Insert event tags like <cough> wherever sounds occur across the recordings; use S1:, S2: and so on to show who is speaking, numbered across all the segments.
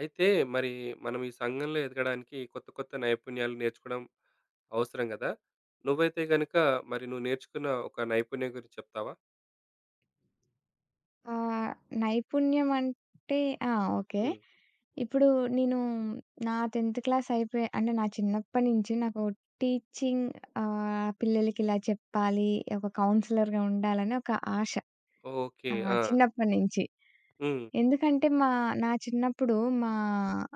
S1: అయితే మరి మనం ఈ సంఘంలో ఎదగడానికి కొత్త కొత్త నైపుణ్యాలు నేర్చుకోవడం అవసరం కదా! నువ్వైతే గనుక మరి నువ్వు నేర్చుకున్న ఒక నైపుణ్యం గురించి చెప్తావా?
S2: ఆహ్, నైపుణ్యం అంటే ఆ! ఓకే.
S1: హ్మ్.
S2: ఇప్పుడు నేను నా 10థ్ క్లాస్ అయిపోయి అంటే నా చిన్నప్పటి నుంచి నాకు టీచింగ్, పిల్లలకి ఇలా చెప్పాలి, ఒక కౌన్సిలర్‌గా ఉండాలని ఒక ఆశ,
S1: ఓకే. ఆ!
S2: చిన్నప్పటి నుంచి.
S1: హ్మ్.
S2: ఎందుకంటే నా చిన్నప్పుడు మా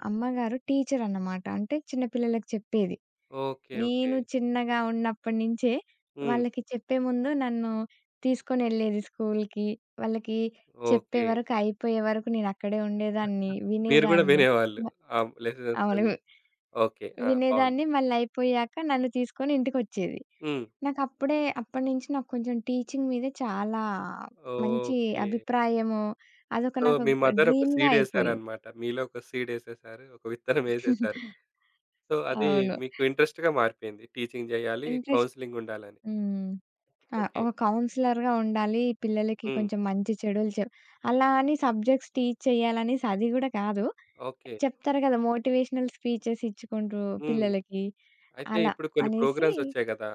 S2: అమ్మగారు టీచరన్నమాట. అంటే చిన్న పిల్లలకి చెప్పేది.
S1: ఓకే. ఓకే.
S2: నేను చిన్నగా ఉన్నప్పటి నుంచే
S1: హ్మ్.
S2: వాళ్ళకి చెప్పే ముందు నన్ను తీసుకొనెళ్ళేది స్కూల్‌కి. వాళ్ళకి చెప్పే
S1: ఓకే.
S2: వరకు, అయిపోయే వరకు నేనక్కడే ఉండేదాన్ని.
S1: మీరు గూడా
S2: వినేదాన్ని.
S1: వినేవాళ్ళు
S2: మ
S1: ఆ లెసన్స్
S2: అవును.
S1: అన్నీ. ఓకే. ఆ! బావుంది.
S2: వినేదాన్ని మళ్ళీ అయిపోయాక నన్ను తీసుకొని ఇంటికొచ్చేది.
S1: హ్మ్.
S2: నాకప్పుడే అప్పటినుంచి నాకు కొంచెం టీచింగ్ మీద చాలా మంచి
S1: ఓకే.
S2: అభిప్రాయము. అదొక
S1: సో,
S2: నాకు
S1: మీ మదర్ ఒక
S2: డ్రీమ్‌గా అయిపోయింది.
S1: సీడేశారనమాట. మీలో ఒక సీడేసేశారు. ఒక విత్తనం ఏసేశారు.
S2: <laughs>
S1: సో, అది
S2: అవును.
S1: మీకు ఇంట్రెస్ట్‌గా మారిపోయింది. టీచింగ్ జేయాలి,
S2: ఇంట్రెస్ట్.
S1: కౌన్సెలింగ్ ఉండాలని.
S2: హ్మ్. ఆ!
S1: ఓకే.
S2: ఒక కౌన్సిలర్‌గా ఉండాలి. పిల్లలకి
S1: హ్మ్.
S2: కొంచెం మంచి చెడులు చెప్. అలా అని సబ్జెక్ట్స్ టీచ్ చేయాలని అది గూడా కాదు.
S1: ఓకే.
S2: చెప్తారు గదా! మోటివేషనల్ స్పీచెస్ ఇచ్చుకుంటూ
S1: హ్మ్.
S2: పిల్లలకి
S1: అయితే
S2: అలా
S1: ఇప్పుడు కొన్ని
S2: అనేసి.
S1: ప్రోగ్రామ్స్ వచ్చాయి గదా!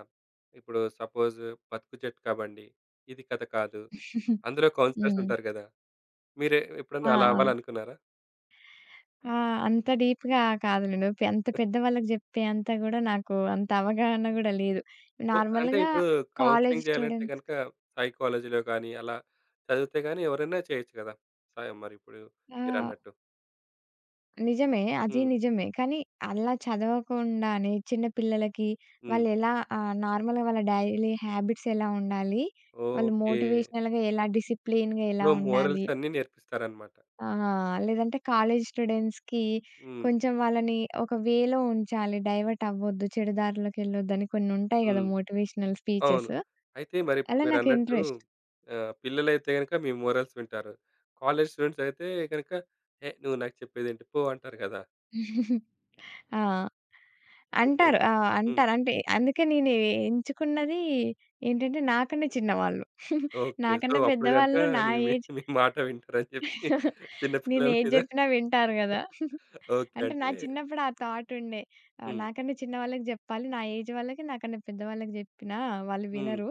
S1: ఇప్పుడు సపోజ్ 'బతుకు జట్కా బండి', 'ఇది కథ కాదు' అందులో కౌన్సిలర్స్
S2: హ్మ్.
S1: ఉంటారు గదా! మీరే
S2: ఆ!
S1: ఎప్పుడన్నా అలా
S2: అవును.
S1: అవ్వాలనుకున్నారా?
S2: ఆ! అంత డీప్‌గా కాదులెండి. అంత పెద్దవాళ్ళకి జెప్పే అంత గూడా నాకు అంత అవగాహన గూడా లేదు.
S1: సో, అంటే
S2: నార్మల్‌గా
S1: ఇప్పుడు
S2: కాలేజ్
S1: కౌన్సిలింగ్ జేయాలంటే
S2: స్టూడెంట్స్.
S1: గనుక సైకాలజీలో గాని, అలా చదివితే గాని ఎవరైనా చేయొచ్చు గదా! సాయం మరిప్పుడు
S2: ఆ!
S1: మీరన్నట్టు.
S2: నిజమే. అది
S1: హ్మ్.
S2: నిజమే. కానీ అలా చదవకుండానే చిన్న పిల్లలకి
S1: హ్మ్.
S2: వాళ్ళెలా నార్మల్‌గా వాళ్ళ డైలీ హ్యాబిట్స్ ఎలా ఉండాలి? వాళ్ళు
S1: ఓకే.
S2: మోటివేషనల్‌గా ఎలా, డిసిప్లిన్‌గా
S1: సో,
S2: ఎలా
S1: మోరల్స్
S2: ఉండాలి?
S1: అన్నీ నేర్పిస్తారన్నమాట.
S2: లేదంటే కాలేజ్ స్టూడెంట్స్‌కి
S1: హ్మ్.
S2: కొంచెం వాళ్ళని ఒక వేలో ఉంచాలి. డైవర్ట్ అవ్వొద్దు, చెడు దారిలోకెళ్ళొద్దని కొన్నుంటాయి గదా!
S1: హ్మ్.
S2: మోటివేషనల్
S1: అవును.
S2: స్పీచెస్.
S1: అయితే మరిప్పుడు
S2: అలా నాకు
S1: మీరన్నట్టు
S2: ఇంట్రెస్ట్.
S1: పిల్లలైతే గనక మీ మోరల్స్ వింటారు. కాలేజ్ స్టూడెంట్స్ అయితే గనక, "ఏ నువ్వు నాకు చెప్పేదేంటి పో" అంటారు కదా!
S2: ఆ!
S1: అయితే
S2: అంటారు. ఆ!
S1: హ్మ్.
S2: అంటారు. అంటే అందుకే నేను ఎంచుకున్నది ఏంటంటే నాకన్నా చిన్నవాళ్ళు.
S1: ఓకే. సో,
S2: నాకన్నా
S1: అప్పుడు గనక
S2: పెద్దవాళ్ళు నా
S1: నీ మీ
S2: ఏజ్
S1: మీ మాట వింటారని చెప్పి చిన్న
S2: నేను
S1: పిల్లల
S2: ఏది
S1: మీద
S2: జెప్పినా వింటారు గదా!
S1: ఓకే.
S2: అంటే నా
S1: అంటే
S2: చిన్నప్పుడు ఆ థాట్ ఉండే.
S1: హ్మ్.
S2: నాకన్నా చిన్న వాళ్ళకి జెప్పాలి. నా ఏజ్ వాళ్ళకి, నాకన్నా పెద్దవాళ్ళకి జెప్పినా వాళ్ళు
S1: హ్మ్.
S2: వినరు.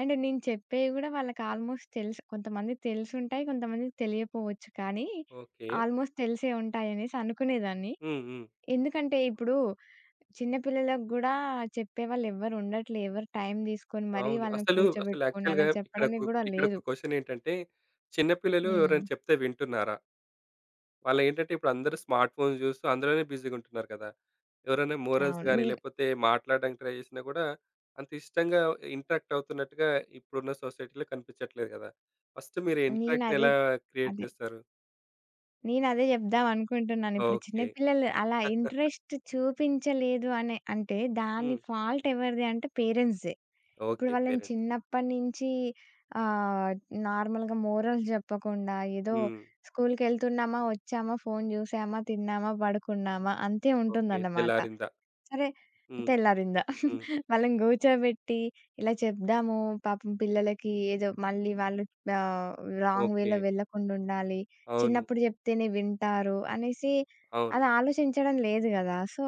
S2: అండ్ నేను చెప్పేవి గూడా వాళ్ళకి ఆల్‌మోస్ట్ తెలుసు. కొంతమందికి తెలిసుంటాయి. కొంతమందికి తెలియపోవచ్చు. కానీ
S1: ఓకే.
S2: ఆల్‌మోస్ట్ తెలిసే ఉంటాయనేసి అనుకునేదాన్ని.
S1: హ్మ్. హ్మ్.
S2: ఎందుకంటే ఇప్పుడు చిన్న పిల్లలకు గూడా చెప్పేవాళ్ళు ఎవ్వరు ఉండట్లే. ఎవరు టైం తీసుకొని మరీ
S1: అవును.
S2: వాళ్ళని
S1: అసలు, అసలు
S2: కూర్చోబెట్టుకొని
S1: యాక్చువల్‌గా
S2: అలా చెప్పడానికి గూడా లేదు.
S1: ఇక్కడొక క్వెషన్ ఏంటంటే, చిన్న పిల్లలు
S2: హ్మ్.
S1: ఎవరైనా చెప్తే వింటున్నారా? వాళ్ళేంటంటే ఇప్పుడందరూ స్మార్ట్ ఫోన్స్ చూస్తూ అందులోనే బిజీగుంటున్నారు కదా! ఎవరైనా మోరల్స్
S2: అవును.
S1: గాని, లేపోతే మాట్లాడడానికి ట్రై చేసినా కూడా అంత ఇష్టంగా ఇంటరాక్ట్ అవుతున్నట్టుగా ఇప్పుడున్న సొసైటీలో కనిపించట్లేదు కదా! ఫస్ట్ మీరు ఇంటరాక్షన్
S2: నేనదే
S1: ఎలా క్రియేట్
S2: అదే.
S1: చేస్తారు?
S2: నేనదే జెప్దాం అనుకుంటున్నాను. ఇప్పుడు చిన్న
S1: ఓకే.
S2: పిల్లలు అలా ఇంట్రెస్ట్ చూపించలేదు అనే అంటే దాని
S1: హ్మ్.
S2: ఫాల్ట్ ఎవరిది అంటే పేరెంట్స్‌దే. ఇప్పుడు
S1: ఓకే.
S2: వాళ్ళని
S1: పేరెంట్స్.
S2: చిన్నప్పటినుంచి ఆహ్, నార్మల్‌గా మోరల్స్ జెప్పకుండా ఏదో
S1: హ్మ్.
S2: స్కూల్‌కెళ్తున్నామా, వచ్చామా, ఫోను జూసామా, తిన్నామా, పడుకున్నామా అంతే
S1: ఓకే.
S2: ఉంటుందన్నమాట.
S1: తెల్లారిందా.
S2: సరే.
S1: హ్మ్.
S2: తెల్లారిందా.
S1: హ్మ్.
S2: <laughs> వాళ్ళని గూర్చోబెట్టి ఇలా చెప్దాము. పాపం పిల్లలకి ఏదో మళ్ళీ వాళ్ళు ఆహ్, రాంగ్
S1: ఓకే.
S2: వేలో వెళ్ళకుండుండాలి.
S1: అవును.
S2: చిన్నప్పుడు జెప్తేనే వింటారు అనేసి
S1: అవును.
S2: అది ఆలోచించడం లేదు గదా! సో,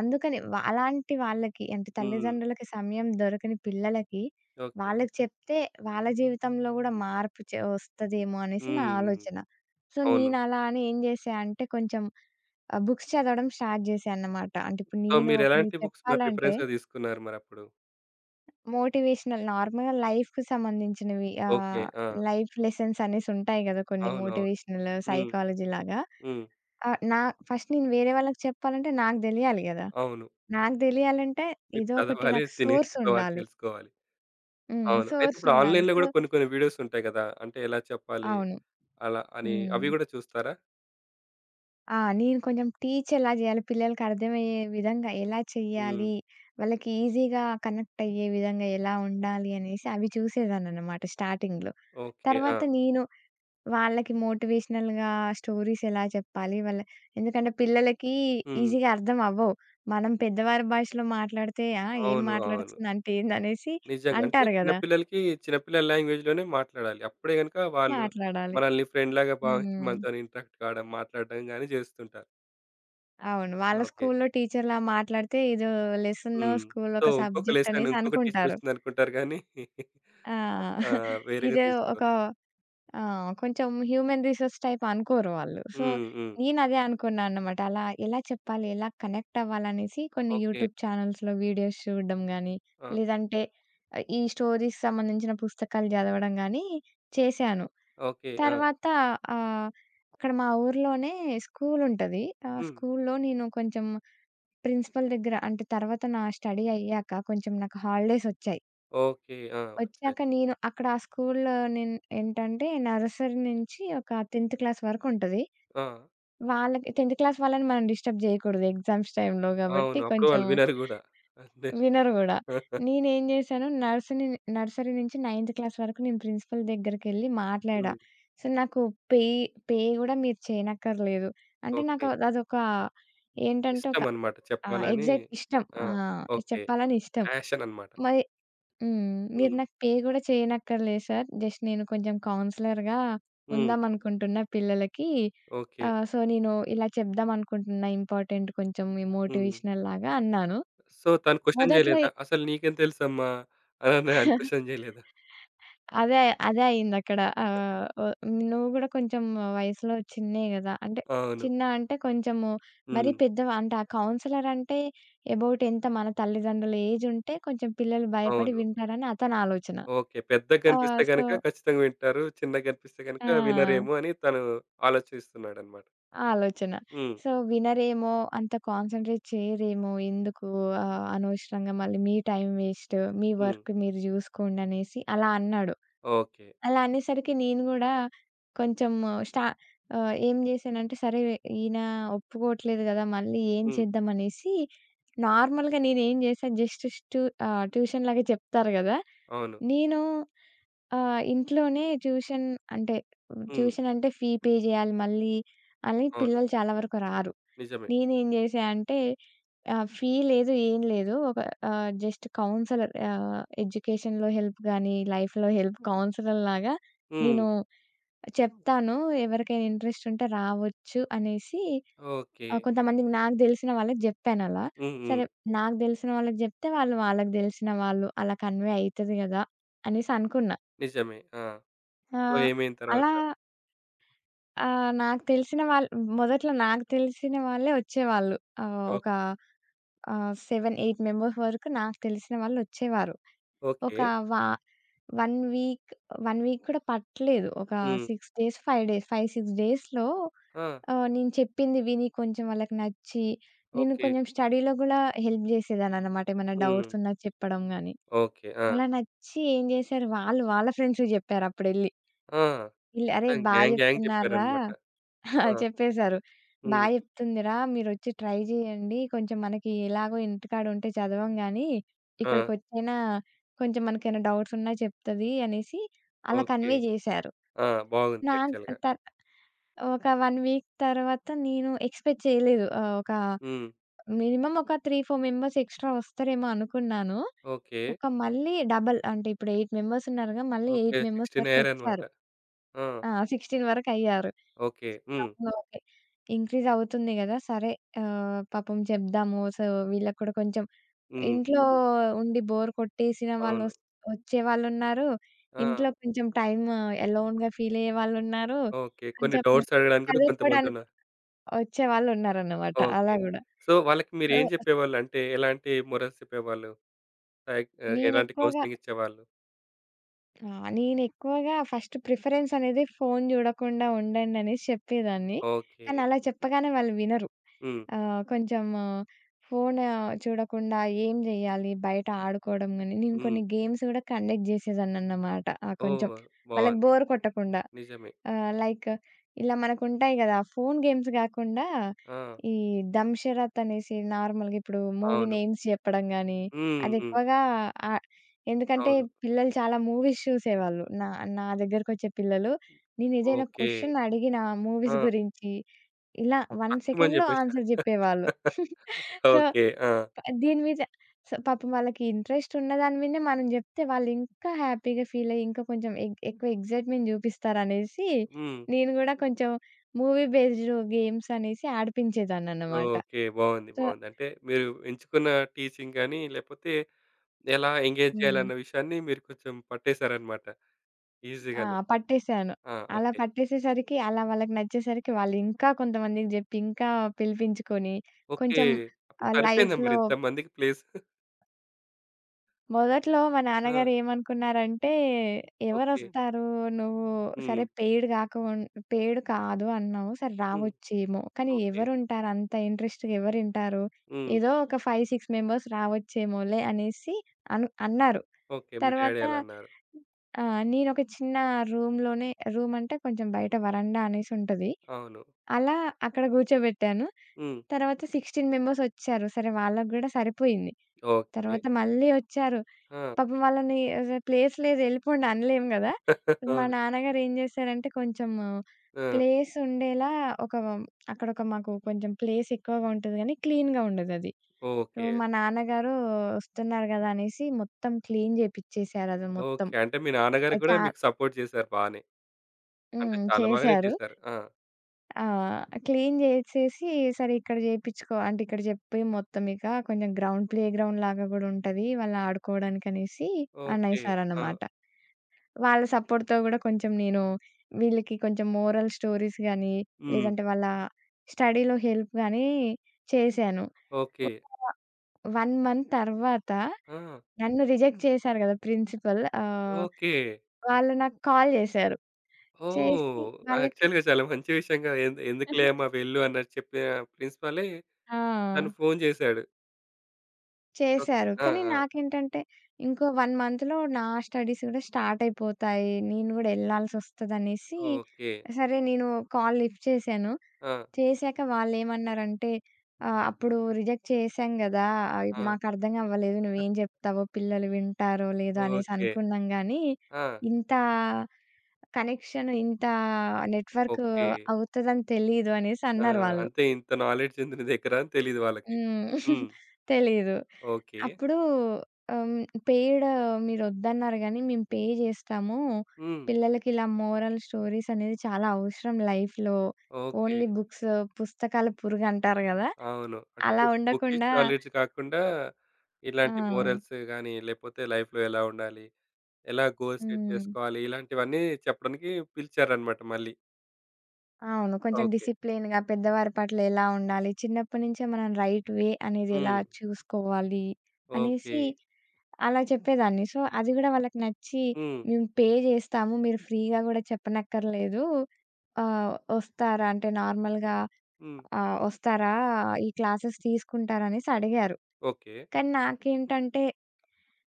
S2: అందుకని అలాంటి వాళ్ళకి అంటే
S1: హ్మ్.
S2: తల్లిదండ్రులకి సమయం దొరకని పిల్లలకి
S1: ఓకే.
S2: వాళ్ళకి చెప్తే వాళ్ళ జీవితంలో గూడా మార్పు ఒస్తదేమో అనేసి నా
S1: హ్మ్. హ్మ్.
S2: ఆలోచన. సో,
S1: అవును.
S2: నేనలా అని ఏం జేశా అంటే కొంచెం ఆ! బుక్స్ చదవడం స్టార్ట్ చేశానన్నమాట. అంటే ఇప్పుడు
S1: సో,
S2: నేను ఒకరికి
S1: మీరెలాంటి బుక్స్ మరి
S2: చెప్పాలంటే
S1: రిఫరెన్స్‌గా తీసుకున్నారు మరప్పుడు?
S2: మోటివేషనల్, నార్మల్‌గా లైఫ్‌కి సంబంధించినవి,
S1: ఓకే. ఆ!
S2: లైఫ్ లెసన్స్ అనేసి ఉంటాయి గదా! కొన్ని
S1: అవునవును.
S2: మోటివేషనల్
S1: హ్మ్.
S2: సైకాలజీ లాగా.
S1: హ్మ్.
S2: ఆహ్, నా ఫస్ట్ నేను వేరే వాళ్ళకి చెప్పాలంటే నాకు తెలియాలి గదా!
S1: అవును.
S2: నాకు తెలియాలంటే
S1: మీరు
S2: ఏదో ఒకటి
S1: చదవాలి,
S2: నాకు
S1: తి
S2: సోర్స్
S1: నేర్చుకోవాలి,
S2: ఉండాలి.
S1: తెలుసుకోవాలి.
S2: హ్మ్.
S1: అవును. అయితే
S2: సోర్స్
S1: ఇప్పుడు
S2: ఉండాలి.
S1: ఆన్‌లైన్‌లో
S2: సో
S1: గూడా కొన్ని కొన్ని వీడియోస్ ఉంటాయి గదా! అంటే ఎలా చెప్పాలి
S2: అవును.
S1: అలా అని
S2: హ్మ్.
S1: అవి గూడా చూస్తారా?
S2: ఆ! నేను కొంచెం టీచ్ ఎలా జేయాలి, పిల్లలకర్థమయ్యే విధంగా ఎలా
S1: హ్మ్.
S2: చెయ్యాలి, వాళ్ళకి ఈజీగా కనెక్ట్ అయ్యే విధంగా ఎలా ఉండాలి అనేసి అవి చూసేదాన్ననమాట స్టార్టింగ్‌లో.
S1: ఓకే. ఆ!
S2: తర్వాత నేను వాళ్ళకి మోటివేషనల్‌గా స్టోరీస్ ఎలా చెప్పాలి, వాళ్ళ, ఎందుకంటే పిల్లలకి
S1: హ్మ్.
S2: ఈజీగా అర్థం అవ్వవు. మనం పెద్దవారి భాషలో మాట్లాడితే, "ఆ! ఏం
S1: అవును. అవును.
S2: మాట్లాడుతుంది అంటే ఏందనేసి"
S1: నిజంగా. అంటే
S2: అంటారు
S1: చిన్న
S2: గదా!
S1: పిల్లలకి చిన్న పిల్లల లాంగ్వేజ్‌లోనే మాట్లాడాలి. అప్పుడే గనుక వాళ్ళు
S2: మాట్లాడాలి.
S1: మనల్ని ఫ్రెండ్‌లాగా భావించి
S2: హ్మ్.
S1: మనతోని ఇంటరాక్ట్ కావడం, మాట్లాడడం గాని జేస్తుంటారు.
S2: అవును. వాళ్ళ
S1: ఓకే.
S2: స్కూల్లో టీచర్‌లా మాట్లాడితే ఇదో లెసనో,
S1: హ్మ్.
S2: స్కూల్
S1: సో,
S2: ఒక
S1: ఇంకొక
S2: సబ్జెక్ట్
S1: లెసన్
S2: అనేసి
S1: ఇంకొక టీచర్
S2: అనుకుంటారు.
S1: ఒచ్చిందనుకుంటారు గానీ <laughs>
S2: ఆ!
S1: ఆ! వేరేగా
S2: ఇదే ఒక
S1: తీసుకోరు.
S2: ఆ! కొంచెం హ్యూమన్ రిసోర్స్ టైప్ అనుకోరు వాళ్ళు. సో,
S1: హ్మ్. హ్మ్.
S2: నేనదే అనుకున్నా అన్నమాట. అలా ఎలా చెప్పాలి? ఎలా కనెక్ట్ అవ్వాలనేసి కొన్ని
S1: ఓకే.
S2: యూట్యూబ్ ఛానెల్స్‌లో వీడియోస్ చూడడం గానీ,
S1: ఆ!
S2: లేదంటే ఈ స్టోరీస్ సంబంధించిన పుస్తకాలు చదవడం గానీ చేశాను.
S1: ఓకే. ఆ!
S2: తర్వాత ఆహ్, అక్కడ మా ఊర్లోనే స్కూలుంటది. ఆ
S1: హ్మ్.
S2: స్కూల్లో నేను కొంచెం ప్రిన్సిపల్ దగ్గర అంటే తర్వాత నా స్టడీ అయ్యాక కొంచెం నాకు హాలిడేస్ వచ్చాయి.
S1: ఓకే. ఆ! వచ్చాయి.
S2: వచ్చాక నేను అక్కడ ఆ స్కూల్‌లో నేను ఏంటంటే నర్సరీ నుంచి ఒక 10థ్ క్లాస్ వరకు ఉంటది.
S1: ఆ!
S2: వాళ్ళకి 10థ్ క్లాస్ వాళ్ళని మనం డిస్టర్బ్ చేయకూడదు ఎగ్జామ్స్ టైమ్‌లో కాబట్టి
S1: అవును. అప్పుడు
S2: కొంచెం
S1: వాళ్ళు వినరు గూడా. అంతే.
S2: వినరు గూడా. నేనేం చేశాను నర్సరీ నర్సరీ నుంచి 9థ్ క్లాస్ వరకు నేను ప్రిన్సిపల్ దగ్గరికెళ్ళి మాట్లాడా.
S1: హ్మ్.
S2: సో నాకు పే పే గూడా మీరు చేయనక్కర్లేదు. అంటే
S1: ఓకే.
S2: నాకు అదొక ఏంటంటే ఒక
S1: ఇష్టమనమాట
S2: ఆ!
S1: చెప్పాలని.
S2: ఎగ్జాక్ట్ ఇష్టం.
S1: ఆ!
S2: ఆ!
S1: ఓకే.
S2: చెప్పాలని ఇష్టం.
S1: ప్యాషన్ అన్నమాట.
S2: మరి హ్మ్. మీరు
S1: హ్మ్.
S2: నాకు పే గూడా చేయనక్కర్లేదు సార్. జస్ట్ నేను కొంచెం కౌన్సిలర్‌గా
S1: హ్మ్.
S2: ఉందామనుకుంటున్నా పిల్లలకి.
S1: ఓకే.
S2: సో, నేను ఇలా చెప్దామనుకుంటున్నా ఇంపార్టెంట్, కొంచెం
S1: హ్మ్.
S2: మోటివేషనల్ లాగా అన్నాను.
S1: సో, తను క్వెషన్
S2: మొదట్లో
S1: జేయలేదా? "అసలు నీకేం తెలుసమ్మా" అని ఆయన క్వెషన్ జేయలేదా?
S2: అదే, అదే అయిందక్కడ. ఆహ్, ఒ నువ్వు గూడా కొంచెం వయసులో చిన్నే గదా! అంటే
S1: అవును.
S2: చిన్న అంటే కొంచెము మరీ
S1: హ్మ్.
S2: పెద్ద అంటే ఆ కౌన్సిలర్ అంటే అబౌట్ ఎంత మన తల్లిదండ్రుల ఏజ్ ఉంటే కొంచెం పిల్లలు భయపడి
S1: అవును.
S2: వింటారని అతని ఆలోచన.
S1: ఓకే. పెద్దగా
S2: ఆ!
S1: గనిపిస్తే
S2: సో
S1: గనక ఖచ్చితంగా వింటారు. చిన్నగా గనిపిస్తే గనక వినరేమో
S2: ఆ!
S1: అని తను ఆలోచిస్తున్నాడన్నమాట.
S2: ఆ ఆలోచన.
S1: హ్మ్.
S2: సో, వినరేమో, అంత కాన్సంట్రేట్ చేయరేమో, ఎందుకు అనవసరంగా మళ్ళీ మీ టైం వేస్ట్, మీ
S1: హ్మ్.
S2: వర్క్ మీరు జూసుకోండనేసి అలా అన్నాడు.
S1: ఓకే.
S2: అలా అనేసరికి నేను గూడా కొంచెం స్టా ఏం జేశానంటే, సరే ఈయన ఒప్పుకోవట్లేదు గదా! మళ్ళీ ఏం
S1: హ్మ్.
S2: చేద్దాం అనేసి నార్మల్‌గా నేనేం జేశా జస్ట్ ట్యూషన్‌లాగా చెప్తారు గదా!
S1: అవును.
S2: నేను ఇంట్లోనే ట్యూషన్ అంటే
S1: హ్మ్.
S2: ట్యూషన్ అంటే ఫీ పే జేయాలి మళ్ళీ అని
S1: అవును.
S2: పిల్లలు చాలా వరకు రారు.
S1: నిజమే.
S2: నేనేం జేశా అంటే ఆ! ఫీ లేదు. ఏం లేదు. ఒక జస్ట్ కౌన్సెలర్, ఎడ్యుకేషన్‌లో హెల్ప్ గాని, లైఫ్‌లో హెల్ప్ కౌన్సెలర్‌లాగా
S1: హ్మ్.
S2: నేను చెప్తాను. ఎవరికైనా ఇంట్రెస్ట్ ఉంటే రావచ్చు అనేసి
S1: ఓకే.
S2: కొంతమందికి నాకు తెలిసిన వాళ్ళకి జెప్పానలా.
S1: హ్మ్. హ్మ్.
S2: సరే నాకు దెలిసిన వాళ్ళకి జెప్తే వాళ్ళు వాళ్ళకి దెలిసిన వాళ్ళు అలా కన్వే అయితది గదా! అనేసి అనుకున్నా.
S1: నిజమే. ఆ! సో,
S2: ఆహ్,
S1: ఏమైంది
S2: అలా
S1: తర్వాత?
S2: ఆ! నాకు తెలిసిన వాళ్ళు మొదట్లో నాకు తెలిసిన వాళ్ళే వచ్చేవాళ్ళు.
S1: ఓ
S2: ఒక 7, 8 మెంబర్స్ వరకు నాకు తెలిసిన వాళ్ళొచ్చేవారు. ఒక
S1: ఓకే.
S2: వా 1 వీక్ 1 వీక్ కూడా పట్టలేదు. ఒక 6
S1: హ్మ్.
S2: డేస్, 5 డేస్, 5, 6 డేస్‌లో
S1: ఆ!
S2: నేను చెప్పింది విని కొంచెం వాళ్ళకి నచ్చి, నేను
S1: ఓకే.
S2: కొంచెం స్టడీలో గూడా హెల్ప్ జేసేదాన్ననమాట. ఏమన్నా
S1: హ్మ్.
S2: డౌట్స్ ఉన్నా చెప్పడం గాని.
S1: ఓకే. ఆ!
S2: అలా నచ్చి ఏం జేశారు వాళ్ళు వాళ్ళ ఫ్రెండ్స్‌కి జెప్పారప్పుడెళ్లి.
S1: ఆ!
S2: ఈళ్ళు "అరే!
S1: మొత్తం
S2: బా
S1: గ్యాంగ్ గ్యాంగ్
S2: జెప్తున్నార్రా".
S1: చెప్పారన్నమాట.
S2: ఆ!
S1: ఆ!
S2: చెప్పేశారు. "బా
S1: హ్మ్.
S2: చెప్తుందిరా మీరొచ్చి ట్రై చేయండి. కొంచెం మనకి ఎలాగో ఇంటికాడ ఉంటే చదవం గానీ,
S1: ఆ!
S2: ఇక్కడికొచ్చైనా కొంచెం మనకేమైనా డౌట్స్ ఉన్నా చెప్తది" అనేసి అలా
S1: ఓకే.
S2: కన్వే చేశారు.
S1: ఆ! బాగుంది
S2: నాన్
S1: యాక్చువల్‌గా.
S2: త ఒక 1 వీక్ తర్వాత నేను ఎక్స్‌పెక్ట్ చేయలేదు. ఒక
S1: హ్మ్.
S2: మినిమమ్ ఒక 3, 4 మెంబర్స్ ఎక్స్‌ట్రా వస్తారేమో అనుకున్నాను.
S1: ఓకే.
S2: ఒక మళ్ళీ డబుల్ అంటే ఇప్పుడు 8 మెంబర్స్ ఉన్నారుగా, మళ్ళీ
S1: ఓకే.
S2: 8 మెంబర్స్
S1: 16 ఎయిర్ అన్నమాట.
S2: వరకొచ్చారు.
S1: ఆ!
S2: ఆ! 16 వరకయ్యారు.
S1: ఓకే. హ్మ్.
S2: అవును. ఓకే. ఇంక్రీజ్ అవుతుంది గదా! సరే పాపం చెప్దాము. సో, వీళ్ళకి కూడా కొంచెం
S1: హ్మ్.
S2: ఇంట్లో ఉండి బోర్ కొట్టేసిన
S1: అవును.
S2: వచ్చేవాళ్ళున్నారు.
S1: ఆ!
S2: ఇంట్లో కొంచెం టైమ్ ఎలోన్‌గా ఫీల్ అయ్యే వాళ్ళున్నారు.
S1: ఓకే. కొన్ని
S2: కొంచెం
S1: డౌట్స్ అడగడానికి కూడా
S2: చదువుకోవడానికి
S1: కొంతమందున్నారు.
S2: వచ్చేవాళ్ళున్నారన్నమాట అలా
S1: ఓకే.
S2: గూడా.
S1: సో, వాళ్ళకి
S2: సో,
S1: మీరేం చెప్పేవాళ్ళు? అంటే ఎలాంటి మొరల్స్ చెప్పేవాళ్ళు? లైక్ ఎలాంటి
S2: నేనెక్కువగా
S1: కౌన్సెలింగ్ ఇచ్చేవాళ్ళు?
S2: ఆ! నేనెక్కువగా ఫస్ట్ ప్రిఫరెన్స్ అనేది ఫోను జూడకుండా ఉండండనేసి చెప్పేదాన్ని.
S1: ఓకే.
S2: కానీ అలా చెప్పగానే వాళ్ళు వినరు.
S1: హ్మ్.
S2: కొంచెం ఫోను చూడకుండా ఏం జేయాలి, బయట ఆడుకోవడం గాని, నేను
S1: హ్మ్.
S2: కొన్ని గేమ్స్ గూడా కండక్ట్ జేసేదాన్నన్నమాట. ఆ! కొంచెం
S1: ఓహ్!
S2: వాళ్ళకి
S1: బావుంది.
S2: బోర్ కొట్టకుండా.
S1: నిజమే.
S2: లైక్ ఇలా మనకుంటాయి గదా! ఫోను గేమ్స్ గాకుండా
S1: ఆ!
S2: ఈ దంషరత్ అనేసి నార్మల్‌గా ఇప్పుడు మూవీ
S1: అవును.
S2: నేమ్స్ జెప్పడం గాని,
S1: హ్మ్. హ్మ్.
S2: అదెక్కువగా ఆ ఎందుకంటే
S1: అవును.
S2: పిల్లలు చాలా మూవీస్ చూసేవాళ్ళు. నా నా దగ్గరకొచ్చే పిల్లలు. నేనేదైనా
S1: ఓకే.
S2: క్వెషన్ అడిగినా
S1: ఆ!
S2: మూవీస్ గురించి ఇలా 1
S1: తక్కువని
S2: సెకండ్‌లో
S1: జెప్పేసా.
S2: ఆన్సర్ జెప్పేవాళ్ళు. <laughs> So,
S1: okay. ఆ!
S2: దీని మీద సో, పాపం వాళ్ళకి ఇంట్రెస్ట్ ఉన్న దాని మీదనే మనం జెప్తే వాళ్ళింకా హ్యాపీగా ఫీలయ్యి ఇంకా కొంచెం ఎక్కువ ఎక్సైట్‌మెంట్ జూపిస్తారనేసి
S1: హ్మ్.
S2: నేను గూడా కొంచెం మూవీ బేస్డ్ గేమ్స్ అనేసి ఆడిపించేదాన్ననమాట.
S1: ఓకే. బావుంది.
S2: సో
S1: బావుంది. అంటే మీరు ఎంచుకున్న టీచింగ్ గాని, లేపోతే ఎలా ఎంగేజ్
S2: హ్మ్.
S1: చేయాలన్న విషయాన్ని మీరు కొంచెం పట్టేసారన్నమాట
S2: ఆ!
S1: ఈజీగానే.
S2: పట్టేసాను.
S1: ఆ!
S2: అలా
S1: ఓకే.
S2: పట్టేసేసరికి అలా వాళ్ళకి నచ్చేసరికి వాళ్ళు ఇంకా కొంతమందికి జెప్పి, ఇంకా పిలిపించుకొని
S1: ఓకే.
S2: కొంచెం
S1: అప్పుడు సరిపోయిందా మరి
S2: లైఫ్‌లో
S1: ఇంతమందికి ప్లేస్?
S2: మొదట్లో మా
S1: ఆ!
S2: నాన్నగారు ఏమనుకున్నారంటే, హ్మ్.
S1: ఓకే.
S2: "ఎవరొస్తారు? నువ్వు
S1: హ్మ్.
S2: సరే పెయిడ్ కాదు అన్నావు. సరే
S1: హ్మ్.
S2: రావచ్చేమో. కానీ
S1: ఓకే.
S2: ఎవరుంటారు అంత ఇంట్రెస్ట్‌గా ఎవరింటారు?
S1: హ్మ్.
S2: ఏదో ఒక 5, 6 మెంబర్స్ రావచ్చేమోలే" అనేసి అన్నారు.
S1: ఓకే. మీ డ్యాడీ
S2: తర్వాత
S1: అలా అన్నారు.
S2: ఆ! నేనొక చిన్న రూమ్‌లోనే రూమ్ అంటే కొంచెం బయట వరండా అనేసుంటది.
S1: అవును.
S2: అలా అక్కడ కూర్చోబెట్టాను.
S1: హ్మ్.
S2: తర్వాత 16 మెంబర్స్ వచ్చారు. సరే వాళ్ళకి గూడా సరిపోయింది.
S1: ఓకే.
S2: తర్వాత మళ్ళీ ఒచ్చారు.
S1: ఆ!
S2: పాపం వాళ్ళని అసలు ప్లేస్ లేదు ఎళ్ళిపోండి అనలేం గదా!
S1: <laughs>
S2: మా
S1: అవును.
S2: నాన్నగారు ఏం జేశారంటే కొంచెము
S1: ఆ!
S2: ప్లేస్ ఉండేలా ఒక అక్కడొక మాకు కొంచెం ప్లేస్ ఎక్కువగా ఉంటది గానీ, క్లీన్‌గా ఉండదది. So,
S1: okay.
S2: మా నాన్నగారు ఒస్తున్నారు గదా! అనేసి మొత్తం క్లీన్ జేపిచ్చేసారది మొత్తం.
S1: ఓకే. అంటే మీ నాన్నగారు
S2: ఆహ్,
S1: కూడా
S2: చా
S1: మీకు సపోర్ట్ చేశారు బానే. అంటే
S2: హ్మ్.
S1: చాలా బాగానే
S2: చేశారు.
S1: చేశారు. ఆ!
S2: ఆ! క్లీన్ జేసేసి సరే ఇక్కడ జేపిచ్చుకో అంటే ఇక్కడ జెప్పి మొత్తం ఇక కొంచెం గ్రౌండ్ గ్రౌండ్ లాగా గూడా ఉంటది. వాళ్ళు ఆడుకోవడానికనేసి
S1: ఓకే. ఆ!
S2: అనేసారన్నమాట. వాళ్ళ సపోర్ట్‌తో గూడా కొంచెం నేను వీళ్ళకి కొంచెం మోరల్ స్టోరీస్ గానీ,
S1: హ్మ్.
S2: లేదంటే వాళ్ళ స్టడీలో హెల్ప్ గానీ చేశాను.
S1: ఓకే.
S2: ఒక 1 మంత్ తర్వాత
S1: ఆ!
S2: నన్ను రిజెక్ట్ చేశారు గదా! ప్రిన్సిపల్.
S1: ఓకే.
S2: వాళ్ళు నాకు కాల్ జేశారు.
S1: ఓహ్!
S2: చేసి వాళ్ళకి
S1: యాక్చువల్‌గా చాలా మంచి విషయంగా ఎందుకులే అమ్మా
S2: <laughs>
S1: వెళ్ళు అన్నట్టు చెప్పిన ప్రిన్సిపాలే
S2: ఆ!
S1: తను ఫోను చేశాడు. ఓకే.
S2: చేశారు.
S1: ఆ!
S2: కానీ
S1: ఆ!
S2: నాకేంటంటే ఇంకో 1 మంత్‌లో నా స్టడీస్ గూడా స్టార్ట్ అయిపోతాయి. నేను గూడా ఎళ్ళాల్సొస్తదనేసి
S1: ఓకే.
S2: సరే నేను కాల్ లిఫ్ట్ చేశాను.
S1: ఆ!
S2: చేశాక వాళ్ళేమన్నారంటే "అప్పుడు రిజెక్ట్ చేశాం గదా!
S1: ఆ!
S2: మాకర్థం అవ్వలేదు నువ్వేం జెప్తావో, పిల్లలు వింటారో లేదో అనేసి
S1: ఓకే.
S2: అనుకున్నాం గానీ,
S1: ఆ!
S2: ఇంత కనెక్షన్, ఇంత నెట్‌వర్క్
S1: ఓకే.
S2: అవుతదని తెలీదు" అనేసి
S1: ఆ!
S2: అన్నారు వాళ్ళు.
S1: అంతే ఇంత నాలెడ్జ్ ఉంది నీ దగ్గర అని తెలీదు వాళ్ళకి.
S2: హ్మ్.
S1: హ్మ్.
S2: తెలీదు.
S1: ఓకే.
S2: అప్పుడు హ్మ్. పెయిడ్ మీరొద్దన్నారు గానీ, మేము పే జేస్తాము.
S1: హ్మ్.
S2: పిల్లలకి ఇలా మోరల్ స్టోరీస్ అనేది చాలా అవసరం లైఫ్‌లో.
S1: ఓకే.
S2: ఓన్లీ బుక్స్, పుస్తకాల పురుగంటారు గదా!
S1: అవును. అంటే
S2: అలా
S1: బుక్కిష్
S2: ఉండకుండా
S1: నాలెడ్జ్ కాకుండా ఇలాంటి
S2: ఆ!
S1: మోరల్స్ గాని, లేపోతే లైఫ్‌లో ఎలా ఉండాలి? ఎలా గోల్ సెట్
S2: హ్మ్.
S1: చేసుకోవాలి? ఇలాంటివన్నీ చెప్పడానికి పిలిచారన్నమాట మళ్ళీ.
S2: అవును. కొంచెం
S1: ఓకే.
S2: డిసిప్లిన్‌గా పెద్దవారి పట్ల ఎలా ఉండాలి, చిన్నప్పటి నుంచే మనం రైట్ వే అనేది ఎలా
S1: హ్మ్.
S2: చూసుకోవాలి
S1: ఓకే.
S2: అనేసి అలా చెప్పేదాన్ని. సో, అది గూడా వాళ్ళకి నచ్చి
S1: హ్మ్.
S2: మేము పే జేస్తాము. మీరు ఫ్రీగా గూడా చెప్పనక్కర్లేదు. ఆహ్, ఒస్తారా అంటే నార్మల్‌గా
S1: హ్మ్.
S2: ఆహ్, ఒస్తారా ఈ క్లాసెస్ తీసుకుంటారా అనేసి అడిగారు.
S1: ఓకే.
S2: కానీ నాకేంటంటే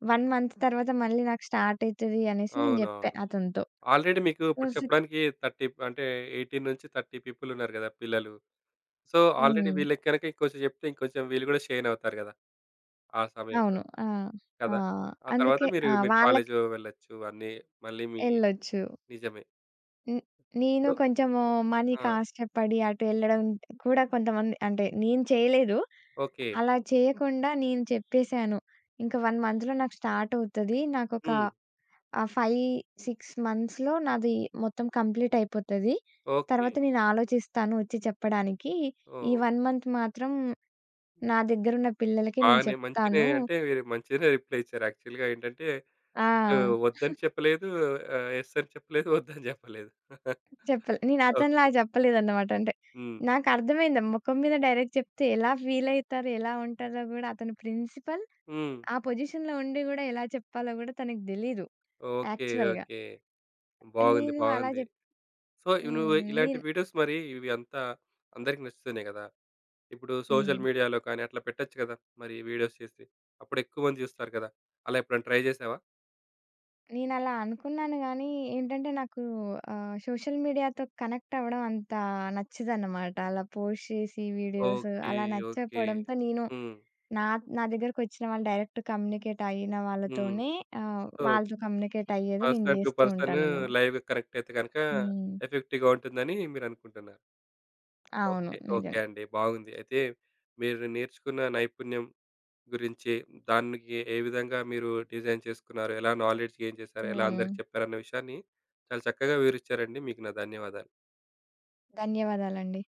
S2: 1 మంత్ తర్వాత మళ్ళీ నాకు స్టార్ట్ అయితది అనేసి నేను జెప్పా
S1: అవునవును.
S2: అతనితో.
S1: ఆల్రెడీ మీకు
S2: సో,
S1: ఇప్పుడు
S2: సి
S1: చెప్పడానికి 30 అంటే 18-30 పీపుల్ ఉన్నారు గదా! పిల్లలు. సో, ఆల్రెడీ
S2: హ్మ్.
S1: వీళ్ళకి గనక ఇంకొంచెం చెప్తే ఇంకొంచెం వీళ్ళు గూడా షైన్ అవుతారు గదా! ఆ సమయంలో.
S2: అవును. ఆ! ఆ!
S1: కదా! ఆ తర్వాత
S2: అందుకే
S1: మీరు,
S2: ఆ!
S1: మీరు
S2: వాళ్ళకి
S1: కాలేజు వెళ్ళొచ్చు అన్నీ మళ్ళీ మీ
S2: ఎళ్ళొచ్చు.
S1: నిజమే.
S2: హ్మ్. నేను
S1: సో
S2: కొంచెము మనీకి
S1: ఆ!
S2: ఆశపడి అటు ఎళ్ళడం కూడా కొంతమంది అంటే నేను చేయలేదు.
S1: ఓకే.
S2: అలా చేయకుండా నేను చెప్పేసాను. ఇంకా 1 మంత్‌లో నాకు స్టార్ట్ అవుతది. నాకొక
S1: హ్మ్.
S2: 5, 6 మంత్స్‌లో నాది మొత్తం కంప్లీట్ అయిపోతది.
S1: ఓకే.
S2: తర్వాత నేను ఆలోచిస్తాను వచ్చి చెప్పడానికి. ఈ
S1: ఓహ్!
S2: 1 మంత్ మాత్రం నా దగ్గరున్న పిల్లలకి నేను
S1: బాగానే మంచినే
S2: చెప్తాను.
S1: అంటే మీరు మంచిగానే రిప్లై ఇచ్చారు. యాక్చువల్‌గా ఏంటంటే
S2: ఆ!
S1: అటు వద్దని చెప్పలేదు. యెస్ అని చెప్పలేదు. వద్దని చెప్పలేదు. <laughs>
S2: చెప్పలే. నేను
S1: ఓకే.
S2: అతనిలాగా చెప్పలేదన్నమాట. అంటే
S1: హ్మ్.
S2: నాకర్థమైంది. మొఖం మీద డైరెక్ట్ చెప్తే ఎలా ఫీల్ అయితారు? ఎలా ఉంటారో గూడా అతను ప్రిన్సిపల్.
S1: హ్మ్.
S2: ఆ పొజిషన్‌లో ఉండి గూడా ఎలా చెప్పాలో గూడా తనకి తెలీదు
S1: ఓకే.
S2: యాక్చువల్‌గా.
S1: ఓకే. బాగుంది.
S2: నేను అలా
S1: బాగుంది.
S2: జెప్
S1: సో, ఇవి
S2: హ్మ్.
S1: నువ్వు ఇలాంటి
S2: నేను
S1: వీడియోస్ మరి ఇవి అంతా అందరికి నచ్చుతున్నాయి కదా! ఇప్పుడు
S2: హ్మ్.
S1: సోషల్ మీడియాలో కానీ అట్లా పెట్టొచ్చు కదా! మరి వీడియోస్ చేసి. అప్పుడు ఎక్కువ మంది చూస్తారు కదా! అలా ఎప్పుడైనా ట్రై చేశావా?
S2: నేనలా అనుకున్నాను గానీ, ఏంటంటే నాకు సోషల్ మీడియాతో కనెక్ట్ అవ్వడం అంత నచ్చదనమాట. అలా పోస్ట్ చేసి వీడియోస్
S1: ఓకే.
S2: అలా
S1: ఓకే.
S2: నచ్చకపోవడంతో నేను
S1: హ్మ్.
S2: నా నా దగ్గరకొచ్చిన వాళ్ళు డైరెక్ట్ కమ్యూనికేట్ అయిన
S1: హ్మ్.
S2: వాళ్ళతోనే
S1: సో,
S2: వాళ్ళతో కమ్యూనికేట్ అయ్యేది నేను
S1: పర్సన్ టు
S2: జేస్తూ
S1: పర్సన్
S2: ఉంటానన్నమా.
S1: లైవ్‌గా కనెక్ట్ అయితే గనక
S2: హ్మ్.
S1: ఎఫెక్టివ్‌గా ఉంటుందని మీరనుకుంటున్నారు.
S2: అవును.
S1: ఓకే. ఓకే
S2: నిజం.
S1: అండి. బాగుంది. అయితే మీరు నేర్చుకున్న నైపుణ్యం గురించి, దానికి ఏ విధంగా మీరు డిజైన్ చేసుకున్నారు? ఎలా నాలెడ్జ్ గెయిన్ చేశారు? ఎలా
S2: హ్మ్.
S1: అందరికి చెప్పారన్న విషయాన్ని చాలా చక్కగా వివరిచ్చారండి. మీకు నా ధన్యవాదాలు.
S2: ధన్యవాదాలండి.